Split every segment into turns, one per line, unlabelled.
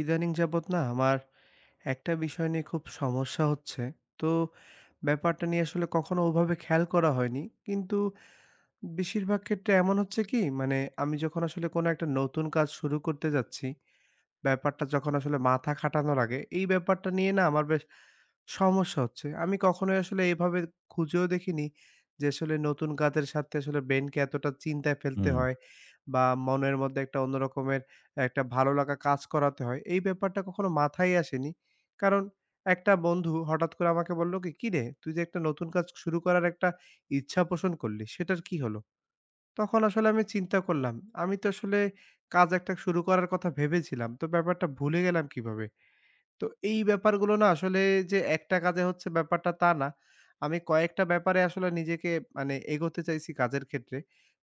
ইদানিং যাবত না আমার একটা বিষয় নিয়ে খুব সমস্যা হচ্ছে। তো ব্যাপারটা নিয়ে আসলে কখনো ওভাবে খেয়াল করা হয়নি। কিন্তু বেশিরভাগ ক্ষেত্রে এমন হচ্ছে কি মানে আমি যখন আসলে কোনো একটা নতুন কাজ শুরু করতে যাচ্ছি, ব্যাপারটা যখন আসলে মাথা খাটানো লাগে, এই ব্যাপারটা নিয়ে না আমার বেশ সমস্যা হচ্ছে। আমি কখনোই আসলে এভাবে খুঁজেও দেখিনি যে আসলে নতুন কাজের সাথে আসলে ব্রেইনকে এতটা চিন্তায় ফেলতে
হুম,
হয়। বা মনের মধ্যে একটা অন্য রকমের একটা ভালো লাগা কাজ করাতে হয়। এই ব্যাপারটা কখনো মাথায় আসেনি। কারণ একটা বন্ধু হঠাৎ করে আমাকে বলল কি, "কিরে তুই যে একটা নতুন কাজ শুরু করার একটা ইচ্ছা পোষণ করলি সেটার কি হলো?" তখন আসলে আমি চিন্তা করলাম, আমি তো আসলে কাজ একটা শুরু করার কথা ভেবেছিলাম। তো ব্যাপারটা ভুলে গেলাম কিভাবে? তো এই ব্যাপারগুলো না আসলে যে একটা কাজে হচ্ছে ব্যাপারটা তা না। আমি কয়েকটা ব্যাপারে আসলে নিজেকে মানে এগোতে চাইছি কাজের ক্ষেত্রে।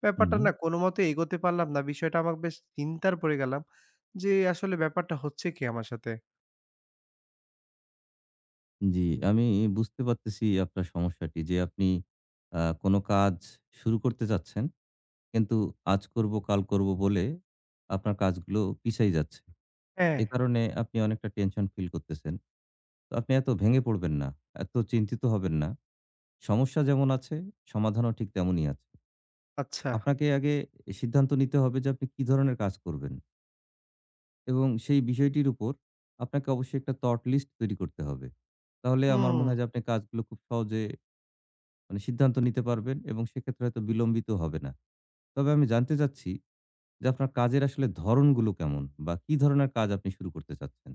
ব্যাপারটা
হুম।
না কোনোমতে এগোতে পারলাম না। বিষয়টা আমার বেশ চিন্তার পড়ে গেলাম যে আসলে ব্যাপারটা হচ্ছে কি আমার সাথে?
জি, আমি বুঝতে পারতেছি আপনার সমস্যাটি যে আপনি কোনো কাজ শুরু করতে চাচ্ছেন। কিন্তু আজ করব, কাল করব বলে আপনার কাজগুলো পিছায় যাচ্ছে।
হ্যাঁ।
এ কারণে আপনি অনেকটা টেনশন ফিল করতেছেন। তো আপনি এত ভেঙে পড়বেন না, এত চিন্তিত হবেন না। সমস্যা যেমন আছে, সমাধানও ঠিক তেমনই আছে।
আচ্ছা।
আপনাকে আগে সিদ্ধান্ত নিতে হবে যে আপনি কি ধরনের কাজ করবেন। এবং সেই বিষয়টির উপর আপনাকে অবশ্যই একটা থট লিস্ট তৈরি করতে হবে। তাহলে আমার
হুম।
মনে হয় যে আপনি কাজগুলো খুব সহজে মানে সিদ্ধান্ত নিতে পারবেন এবং সেক্ষেত্রে হয়তো বিলম্বিত হবে না। তবে আমি জানতে চাচ্ছি যে আপনার কাজের আসলে ধরনগুলো কেমন? বা কি ধরনের কাজ আপনি শুরু করতে চাচ্ছেন?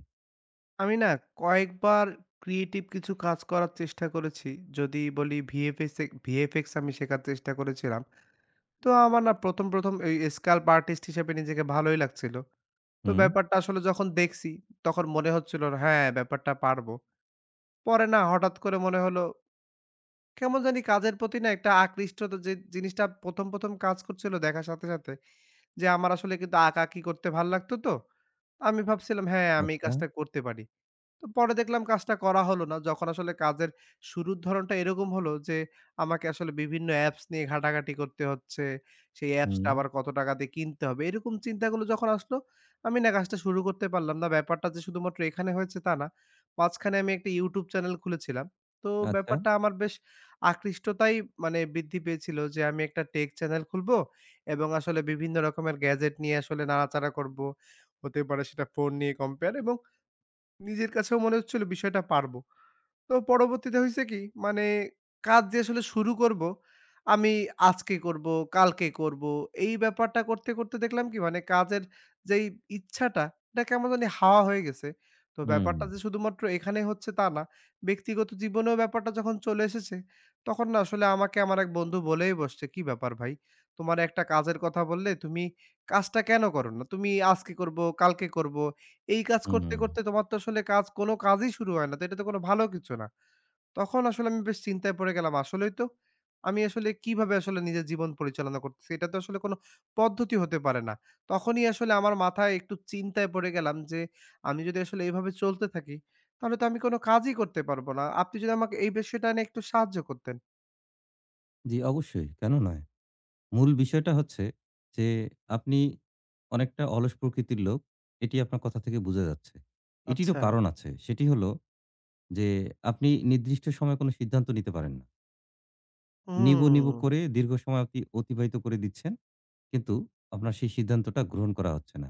আমি না কয়েকবার ক্রিয়েটিভ কিছু কাজ করার চেষ্টা করেছি। যদি বলি ভিএফএক্স আমি শেখার চেষ্টা করেছিলাম। তো আমার না ১ম, ১ম এই স্কাল্প আর্টিস্ট হিসেবে নিজেকে ভালোই লাগছিল। তো
হুম,
ব্যাপারটা আসলে যখন দেখছি, তখন মনে হচ্ছিল না, হ্যাঁ, ব্যাপারটা পারবো। পরে না হঠাৎ করে মনে হলো, কেমন জানি কাজের প্রতি না একটা আকৃষ্টতা যে জিনিসটা ১ম, ১ম কাজ করছিল দেখার সাথে, সাথে যে আমার আসলে কিন্তু আঁকাআঁকি করতে ভাল লাগতো তো। আমি ভাবছিলাম, হ্যাঁ, আমি এই
আচ্ছা,
কাজটা করতে পারি। তো পরে দেখলাম কাজটা করা হলো না। যখন আসলে কাজের শুরুর ধরনটা এরকম হলো যে, আমাকে আসলে বিভিন্ন অ্যাপস নিয়ে ঘাটাঘাটি করতে হচ্ছে। সেই অ্যাপসটা
হুম,
আবার কত টাকা দিয়ে কিনতে হবে। এরকম চিন্তাগুলো যখন আসলো, আমি না কাজটা শুরু করতে পারলাম না। ব্যাপারটা যে শুধুমাত্র এখানে হয়েছে তা না। মাঝখানে আমি একটা YouTube চ্যানেল খুলেছিলাম। তো
আচ্ছা,
ব্যাপারটা আমার বেশ আকৃষ্টতাই মানে বৃদ্ধি পেয়েছিল যে, আমি একটা টেক চ্যানেল খুলবো এবং আসলে বিভিন্ন রকমের গ্যাজেট নিয়ে আসলে নাড়াচাড়া করব। হতে পারে সেটা ফোন নিয়ে কম্পেয়ার এবং নিজের কাছেও মনে হচ্ছিল বিষয়টা পারবো। তো পরবর্তীতে হইছে কি? মানে কাজ যে আসলে শুরু করবো, আমি আজকে করবো, কালকে করবো। এই ব্যাপারটা করতে, করতে দেখলাম কি মানে কাজের যেই ইচ্ছাটা, এটা কেমন জানি হাওয়া হয়ে গেছে। তো
হুম,
ব্যাপারটা যে শুধুমাত্র এখানে হচ্ছে তা না। ব্যক্তিগত জীবনেও ব্যাপারটা যখন চলে এসেছে, তখন না আসলে আমাকে আমার এক বন্ধু বলেই বসছে, "কি ব্যাপার ভাই? তোমারে একটা কাজের কথা বললে, তুমি কাজটা কেন করো না? তুমি আজকে করবো, কালকে করবো।" এই কাজ করতে,
হুম।
করতে তোমার তো আসলে কাজ কোন কাজই শুরু হয় না। তো এটা তো কোন ভালো কিছু না। তখন আসলে আমি বেশ চিন্তায় পড়ে গেলাম। আসলেই তো আমি আসলে কিভাবে আসলে নিজের জীবন পরিচালনা করতেছি? এটা তো আসলে কোন পদ্ধতি হতে পারে না। তখনই আসলে আমার মাথায় একটু চিন্তায় পড়ে গেলাম যে, আমি যদি আসলে এভাবে চলতে থাকি, তাহলে তো আমি কোন কাজই করতে পারবো না। আপনি যদি আমাকে এই বিষয়টা নিয়ে একটু সাহায্য করতেন।
জি, অবশ্যই। কেন নয়? মূল বিষয়টা হচ্ছে যে আপনি অনেকটা অলস প্রকৃতির লোক। এটি আপনার কথা থেকে বোঝা যাচ্ছে। এটিরও
আচ্ছা।
কারণ আছে। সেটি হলো যে আপনি নির্দিষ্ট সময়ে কোনো সিদ্ধান্ত নিতে পারেন না। নিবো,
হুম।
নিবো করে দীর্ঘ সময় আপনি অতিবাহিত করে দিচ্ছেন। কিন্তু আপনার সেই সিদ্ধান্তটা গ্রহণ করা হচ্ছে না।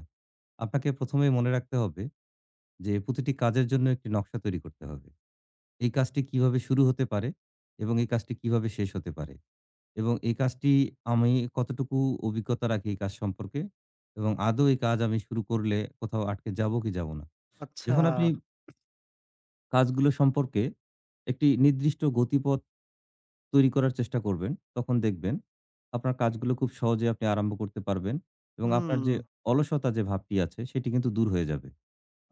আপনাকে ১ম এই মনে রাখতে হবে যে প্রতিটি কাজের জন্য একটি নকশা তৈরি করতে হবে। এই কাজটি কিভাবে শুরু হতে পারে এবং এই কাজটি কিভাবে শেষ হতে পারে এবং এই কাজটি আমি কতটুকু অভিজ্ঞতা রাখি এই কাজ সম্পর্কে এবং আদৌ এই কাজ আমি শুরু করলে কোথাও আটকে যাবো কি যাবো না।
আচ্ছা।
যখন আপনি কাজগুলো সম্পর্কে একটি নির্দিষ্ট গতিপথ তৈরি করার চেষ্টা করবেন, তখন দেখবেন আপনার কাজগুলো খুব সহজে আপনি আরম্ভ করতে পারবেন এবং আপনার
হুম।
যে অলসতা যে ভাবটি আছে সেটি কিন্তু দূর হয়ে যাবে।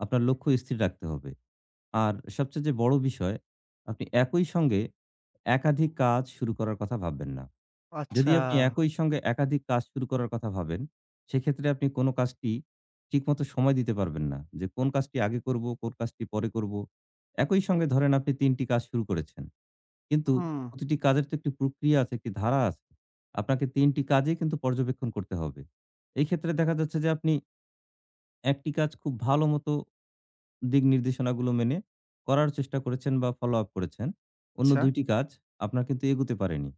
আপনার লক্ষ্য স্থির রাখতে হবে। আর সবচেয়ে যে বড় বিষয় আপনি একই সঙ্গে একাধিক কাজ শুরু করার কথা ভাববেন না। যদি
আচ্ছা।
আপনি একই সঙ্গে একাধিক কাজ শুরু করার কথা ভাবেন, সেক্ষেত্রে আপনি কোনো কাজটি ঠিকমতো সময় দিতে পারবেন না। যে কোন কাজটি আগে করব, কোন কাজটি পরে করব। একই সঙ্গে ধরেন আপনি ৩ টি কাজ শুরু করেছেন। কিন্তু
হুম,
প্রতিটি কাজের তো একটি প্রক্রিয়া আছে, একটি ধারা আছে। আপনাকে ৩ টি কাজই কিন্তু পর্যবেক্ষণ করতে হবে। এই ক্ষেত্রে দেখা যাচ্ছে যে আপনি একটি কাজ খুব ভালো মতো দিক নির্দেশনাগুলো মেনে করার চেষ্টা করেছেন বা ফলো আপ করেছেন। অন্য
আচ্ছা।
২ টি কাজ আপনার কিন্তু এগুতে পারেনি।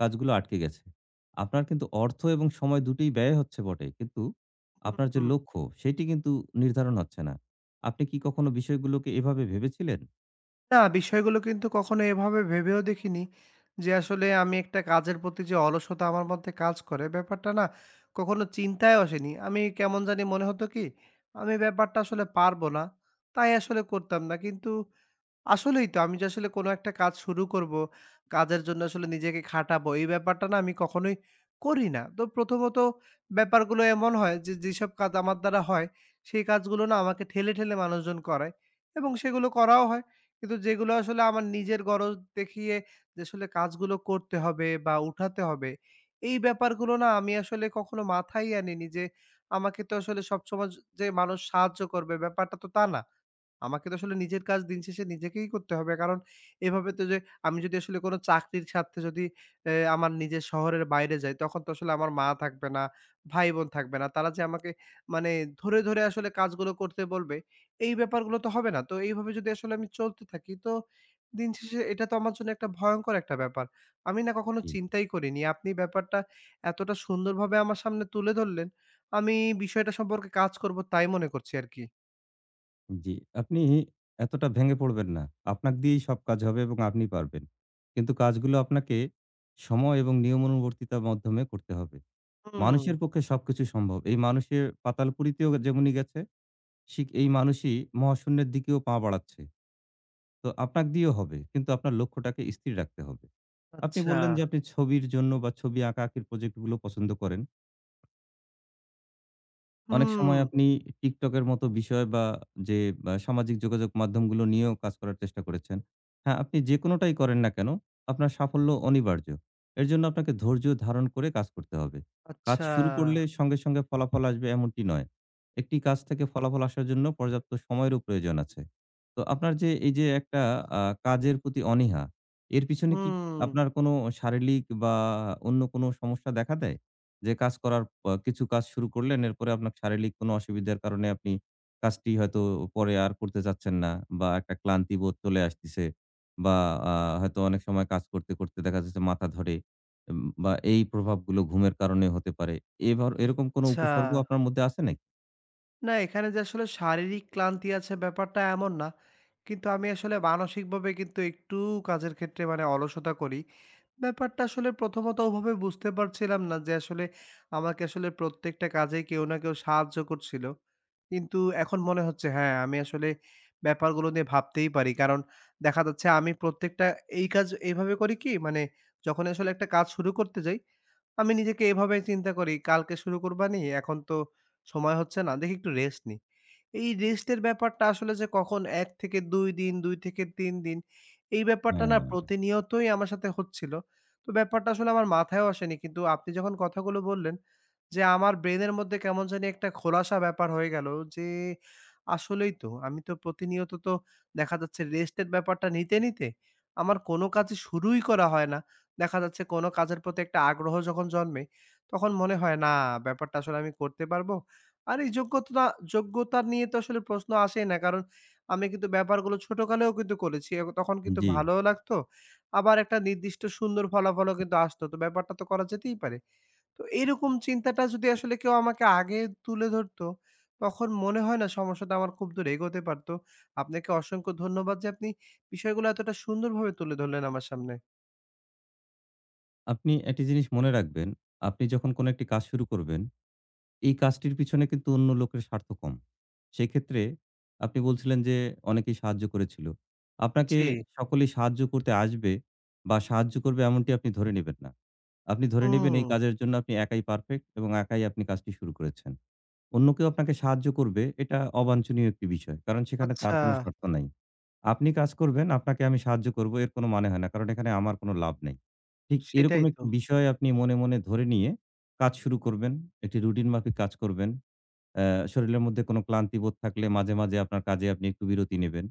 কাজগুলো আটকে গেছে। আপনার কিন্তু অর্থ এবং সময় দুটোই ব্যয় হচ্ছে বটে। কিন্তু আপনার যে
হুম,
লক্ষ্য সেটি কিন্তু নির্ধারণ হচ্ছে না। আপনি কি কখনো বিষয়গুলোকে এভাবে ভেবেছিলেন?
না, বিষয়গুলো কিন্তু কখনো এভাবে ভেবেও দেখিনি যে আসলে আমি একটা কাজের প্রতি যে অলসতা আমার মধ্যে কাজ করে, ব্যাপারটা না কখনো চিন্তায় আসেনি। আমি কেমন জানি মনে হতো কি, আমি ব্যাপারটা আসলে পারব না, তাই আসলে করতাম না। কিন্তু আসলেই তো। আমি যে আসলে কোনো একটা কাজ শুরু করব, কাজের জন্য আসলে নিজেকে খাটাবো, এই ব্যাপারটা না আমি কখনোই করি না। তো প্রথমত ব্যাপারগুলো এমন হয় যে, যেসব কাজ আমার দ্বারা হয়, সেই কাজগুলো না আমাকে ঠেলে, ঠেলে মানুষজন করায় এবং সেগুলো করাও হয়। কিন্তু যেগুলো আসলে আমার নিজের গরজ দেখিয়ে যে আসলে কাজগুলো করতে হবে বা উঠাতে হবে, এই ব্যাপারগুলো না আমি আসলে কখনো মাথায় আনিনি যে, আমাকে তো আসলে সবসময় যে মানুষ সাহায্য করবে, ব্যাপারটা তো তা না। আমাকে তো আসলে নিজের কাজ দিন শেষে নিজেকেই করতে হবে। কারণ এভাবে তো যে আমি যদি আসলে কোনো চাকরির স্বার্থে যদি আমার নিজের শহরের বাইরে যাই, তখন তো আসলে আমার মা থাকবে না, ভাই-বোন থাকবে না। তারা যে আমাকে মানে ধরে, ধরে আসলে কাজগুলো করতে বলবে, এই ব্যাপারগুলো তো হবে না। তো এইভাবে যদি আসলে আমি চলতে থাকি, তো দিন শেষে এটা তো আমার জন্য একটা ভয়ংকর একটা ব্যাপার। আমি না কখনো চিন্তাই করিনি। আপনি ব্যাপারটা এতটা সুন্দরভাবে আমার সামনে তুলে ধরলেন, আমি বিষয়টা সম্পর্কে কাজ করব তাই মনে করছি আরকি।
জি, আপনি এতটা ভেঙে পড়বেন না। আপনাক দিয়েই সব কাজ হবে এবং আপনি পারবেন। কিন্তু কাজগুলো আপনাকে সময় এবং নিয়মানুবর্তিতার মাধ্যমে করতে হবে।
হুম।
মানুষের পক্ষে সবকিছু সম্ভব। এই মানুষের পাতালপুরিতেও যেমনি গেছে, ঠিক এই মানুষই মহাশূন্যের দিকেও পা বাড়াচ্ছে। তো আপনাক দিয়েও হবে। কিন্তু আপনার লক্ষ্যটাকে স্থির রাখতে হবে। আপনি
আচ্ছা।
বললেন যে আপনি ছবির জন্য বা ছবি আঁকাআঁকির প্রজেক্টগুলো পছন্দ করেন। অনেক
হুম,
সময় আপনি TikTok এর মতো বিষয় বা যে বা সামাজিক যোগাযোগ মাধ্যমগুলো নিয়েও কাজ করার চেষ্টা করেছেন। হ্যাঁ, আপনি যেকোনোটাই করেন না কেন, আপনার সাফল্য অনিবার্য। এর জন্য আপনাকে ধৈর্য ধারণ করে কাজ করতে হবে। কাজ
আচ্ছা।
শুরু করলে সঙ্গে, সঙ্গে ফলাফল আসবে এমনটি নয়। একটি কাজ থেকে ফলাফল আসার জন্য পর্যাপ্ত সময়েরও প্রয়োজন আছে। তো আপনার যে এই যে একটা আ কাজের প্রতি অনীহা, এর পিছনে কি
হুম,
আপনার কোনো শারীরিক বা অন্য কোনো সমস্যা দেখা দেয়? যে কাজ করার আ কিছু কাজ শুরু করলেন, এরপরে আপনার শারীরিক কোনো অসুবিধার কারণে আপনি কাজটি হয়তো পরে আর করতে চাচ্ছেন না বা একটা ক্লান্তি বোধ চলে আসতেছে বা আ হয়তো অনেক সময় কাজ করতে, করতে দেখা যাচ্ছে মাথা ধরে বা এই প্রভাবগুলো ঘুমের কারণে হতে পারে। এভার এরকম কোনো
আচ্ছা।
উপসর্গ আপনার মধ্যে আছে নাকি?
না, এখানে যে আসলে শারীরিক ক্লান্তি আছে ব্যাপারটা এমন না। কিন্তু আমি আসলে মানসিকভাবে কিন্তু একটু কাজের ক্ষেত্রে মানে অলসতা করি। ব্যাপারটা আসলে প্রথমত ওভাবে বুঝতে পারছিলাম না যে আসলে আমাকে আসলে প্রত্যেকটা কাজেই কেউ না কেউ সাহায্য করছিল। কিন্তু এখন মনে হচ্ছে হ্যাঁ, আমি আসলে ব্যাপারগুলো নিয়ে ভাবতেই পারি। কারণ দেখা যাচ্ছে আমি প্রত্যেকটা এই কাজ এইভাবে করি কি মানে যখন আসলে একটা কাজ শুরু করতে যাই, আমি নিজেকে এভাবে চিন্তা করি, "কালকে শুরু করবানি, এখন তো সময় হচ্ছে না, দেখি একটু রেস্ট নিই।" এই রেস্টের ব্যাপারটা আসলে যে কখন ১ থেকে ২ দিন, ২ থেকে ৩ দিন এই ব্যাপারটা না
হ্যাঁ,
প্রতিনিয়তই আমার সাথে হচ্ছিল। তো ব্যাপারটা আসলে আমার মাথায়ও আসেনি। কিন্তু আপনি যখন কথাগুলো বললেন যে আমার ব্রেইনের মধ্যে কেমন জানি একটা খোলাসা ব্যাপার হয়ে গেল যে আসলেই তো আমি তো প্রতিনিয়ত তো দেখা যাচ্ছে রেস্টের ব্যাপারটা নিতে, নিতে আমার কোনো কাজই শুরুই করা হয় না। দেখা যাচ্ছে কোনো কাজের প্রতি একটা আগ্রহ যখন জন্মে তখন মনে হয় না ব্যাপারটা আসলে আমি করতে পারবো। আর এই যোগ্যতা যোগ্যতা নিয়ে তো আসলে প্রশ্ন আসেই না। কারণ আমি কিন্তু ব্যাপারগুলো ছোটকালেও কিন্তু করেছি। এ তখন কিন্তু
জি।
ভালোও লাগতো। আবার একটা নির্দিষ্ট সুন্দর ফলাফলও কিন্তু আসতো। তো ব্যাপারটা তো করা যেতেই পারে। তো এইরকম চিন্তাটা যদি আসলে কেউ আমাকে আগে তুলে ধরতো, তখন মনে হয় না সমস্যাটা আমার খুব দূর এগোতে পারত। আপনাকে অসংখ্য ধন্যবাদ যে আপনি বিষয়গুলো এতটা সুন্দরভাবে তুলে ধরলেন আমার সামনে।
আপনি একটি জিনিস মনে রাখবেন, আপনি যখন কোনো একটি কাজ শুরু করবেন এই কাজটির পিছনে কিন্তু অন্য লোকের স্বার্থ কম। সেক্ষেত্রে আপনি বলছিলেন যে অনেকেই সাহায্য করেছিল। আপনাকে
জি।
সকলেই সাহায্য করতে আসবে বা সাহায্য করবে এমনটি আপনি ধরে নেবেন না। আপনি ধরে নেবেন
হুম,
এই কাজের জন্য আপনি একাই পারফেক্ট এবং একাই আপনি কাজটি শুরু করেছেন। অন্য কেউ আপনাকে সাহায্য করবে এটা অবাঞ্ছনীয় একটি বিষয়। কারণ সেখানে তার
আচ্ছা।
কোনো শর্ত নাই। আপনি কাজ করবেন, আপনাকে আমি সাহায্য করব এর কোনো মানে হয় না। কারণ এখানে আমার কোনো লাভ নেই। ঠিক এরকম
সেটাই তো।
একটি বিষয় আপনি মনে, মনে ধরে নিয়ে কাজ শুরু করবেন। একটি রুটিন মাফিক কাজ করবেন। অ্যা শরীরের মধ্যে কোনো ক্লান্তিবোধ থাকলে মাঝে, মাঝে আপনার কাজে আপনি একটু বিরতি নেবেন।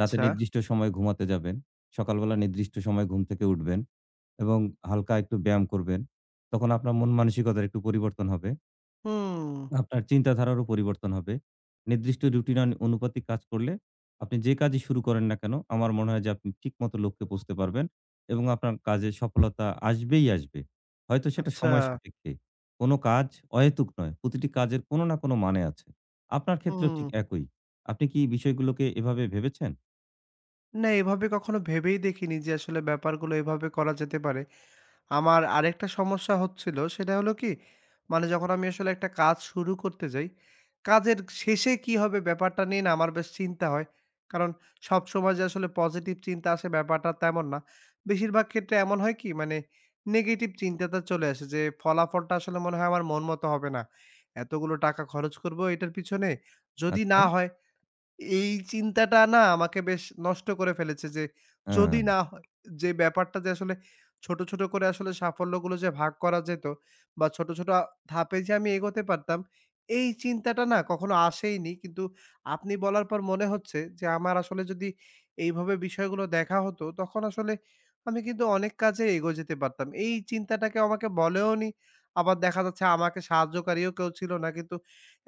রাতে নির্দিষ্ট সময়ে ঘুমাতে যাবেন। সকালবেলা নির্দিষ্ট সময়ে ঘুম থেকে উঠবেন এবং হালকা একটু ব্যায়াম করবেন। তখন আপনার মন মানসিকতার একটু পরিবর্তন হবে।
হুম,
আপনার চিন্তাধারারও পরিবর্তন হবে। নির্দিষ্ট রুটিন আন অনুপাতিক কাজ করলে আপনি যে কাজই শুরু করেন না কেন, আমার মনে হয় যে আপনি ঠিকমতো লক্ষ্যে পৌঁছতে পারবেন এবং আপনার কাজে সফলতা আসবেই আসবে। হয়তো সেটা
আচ্ছা।
সময় সাপেক্ষে। কোনো কাজ অহেতুক নয়। প্রতিটি কাজের কোনো না কোনো মানে আছে। আপনার ক্ষেত্রেও
হুম।
ঠিক একই। আপনি কি বিষয়গুলোকে এভাবে ভেবেছেন?
না, এভাবে কখনো ভেবেই দেখিনি যে আসলে ব্যাপারগুলো এভাবে করা যেতে পারে। আমার আরেকটা সমস্যা হচ্ছিল সেটা হলো কি, মানে যখন আমি আসলে একটা কাজ শুরু করতে যাই, কাজের শেষে কি হবে ব্যাপারটা নিয়ে না আমার বেশ চিন্তা হয়। কারণ সবসময় যে আসলে পজিটিভ চিন্তা আসে ব্যাপারটা তেমন না। বেশিরভাগ ক্ষেত্রে এমন হয় কি মানে নেগেটিভ চিন্তাটা চলে আসে যে ফলাফলটা আসলে মনে হয় আমার মন মতো হবে না। এতগুলো টাকা খরচ করব এটার পিছনে, যদি
আচ্ছা,
না হয় এই চিন্তাটা না আমাকে বেশ নষ্ট করে ফেলেছে যে যদি
হ্যাঁ।
না হয় যে ব্যাপারটা যে আসলে ছোট, ছোট করে আসলে সাফল্যগুলো যে ভাগ করা যেত বা ছোট, ছোট ধাপে যে আমি এগোতে পারতাম, এই চিন্তাটা না কখনো আসেইনি। কিন্তু আপনি বলার পর মনে হচ্ছে যে আমার আসলে যদি এইভাবে বিষয়গুলো দেখা হতো, তখন আসলে আমি কিন্তু অনেক কাজে এগোয় যেতে পারতাম। এই চিন্তাটা কেউ আমাকে বলেওনি, আবার দেখা যাচ্ছে আমাকে সাহায্যকারীও কেউ ছিল না। কিন্তু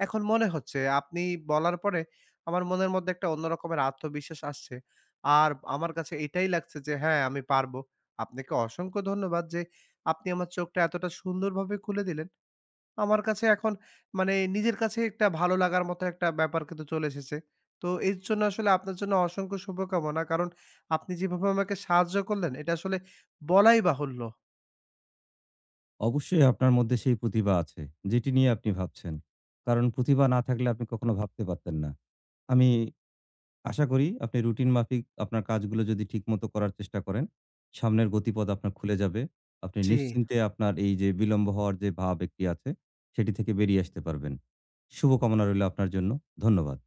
এখন মনে হচ্ছে আপনি বলার পরে আমার মনের মধ্যে একটা অন্য রকমের আত্মবিশ্বাস আসছে। আর আমার কাছে এটাই লাগছে যে হ্যাঁ, আমি পারবো। আপনাকে অসংখ্য ধন্যবাদ যে আপনি আমার চোখটা এতটা সুন্দরভাবে খুলে দিলেন। আমার কাছে এখন মানে নিজের কাছে একটা ভালো লাগার মতো একটা ব্যাপার কিন্তু চলে এসেছে। তো এর জন্য আসলে আপনার জন্য অসংখ্য শুভকামনা। কারণ আপনি যেভাবে আমাকে সাহায্য করলেন এটা আসলে বলাই বাহুল্য।
অবশ্যই আপনার মধ্যে সেই প্রতিভা আছে, যেটি নিয়ে আপনি ভাবছেন। কারণ প্রতিভা না থাকলে আপনি কখনো ভাবতে পারতেন না। আমি আশা করি আপনি রুটিন মাফিক আপনার কাজগুলো যদি ঠিকমতো করার চেষ্টা করেন, সামনের গতিপথ আপনার খুলে যাবে। আপনি
জি।
নিশ্চিন্তে আপনার এই যে বিলম্ব হওয়ার যে ভাব একটি আছে, সেটি থেকে বেরিয়ে আসতে পারবেন। শুভকামনা রইল আপনার জন্য। ধন্যবাদ।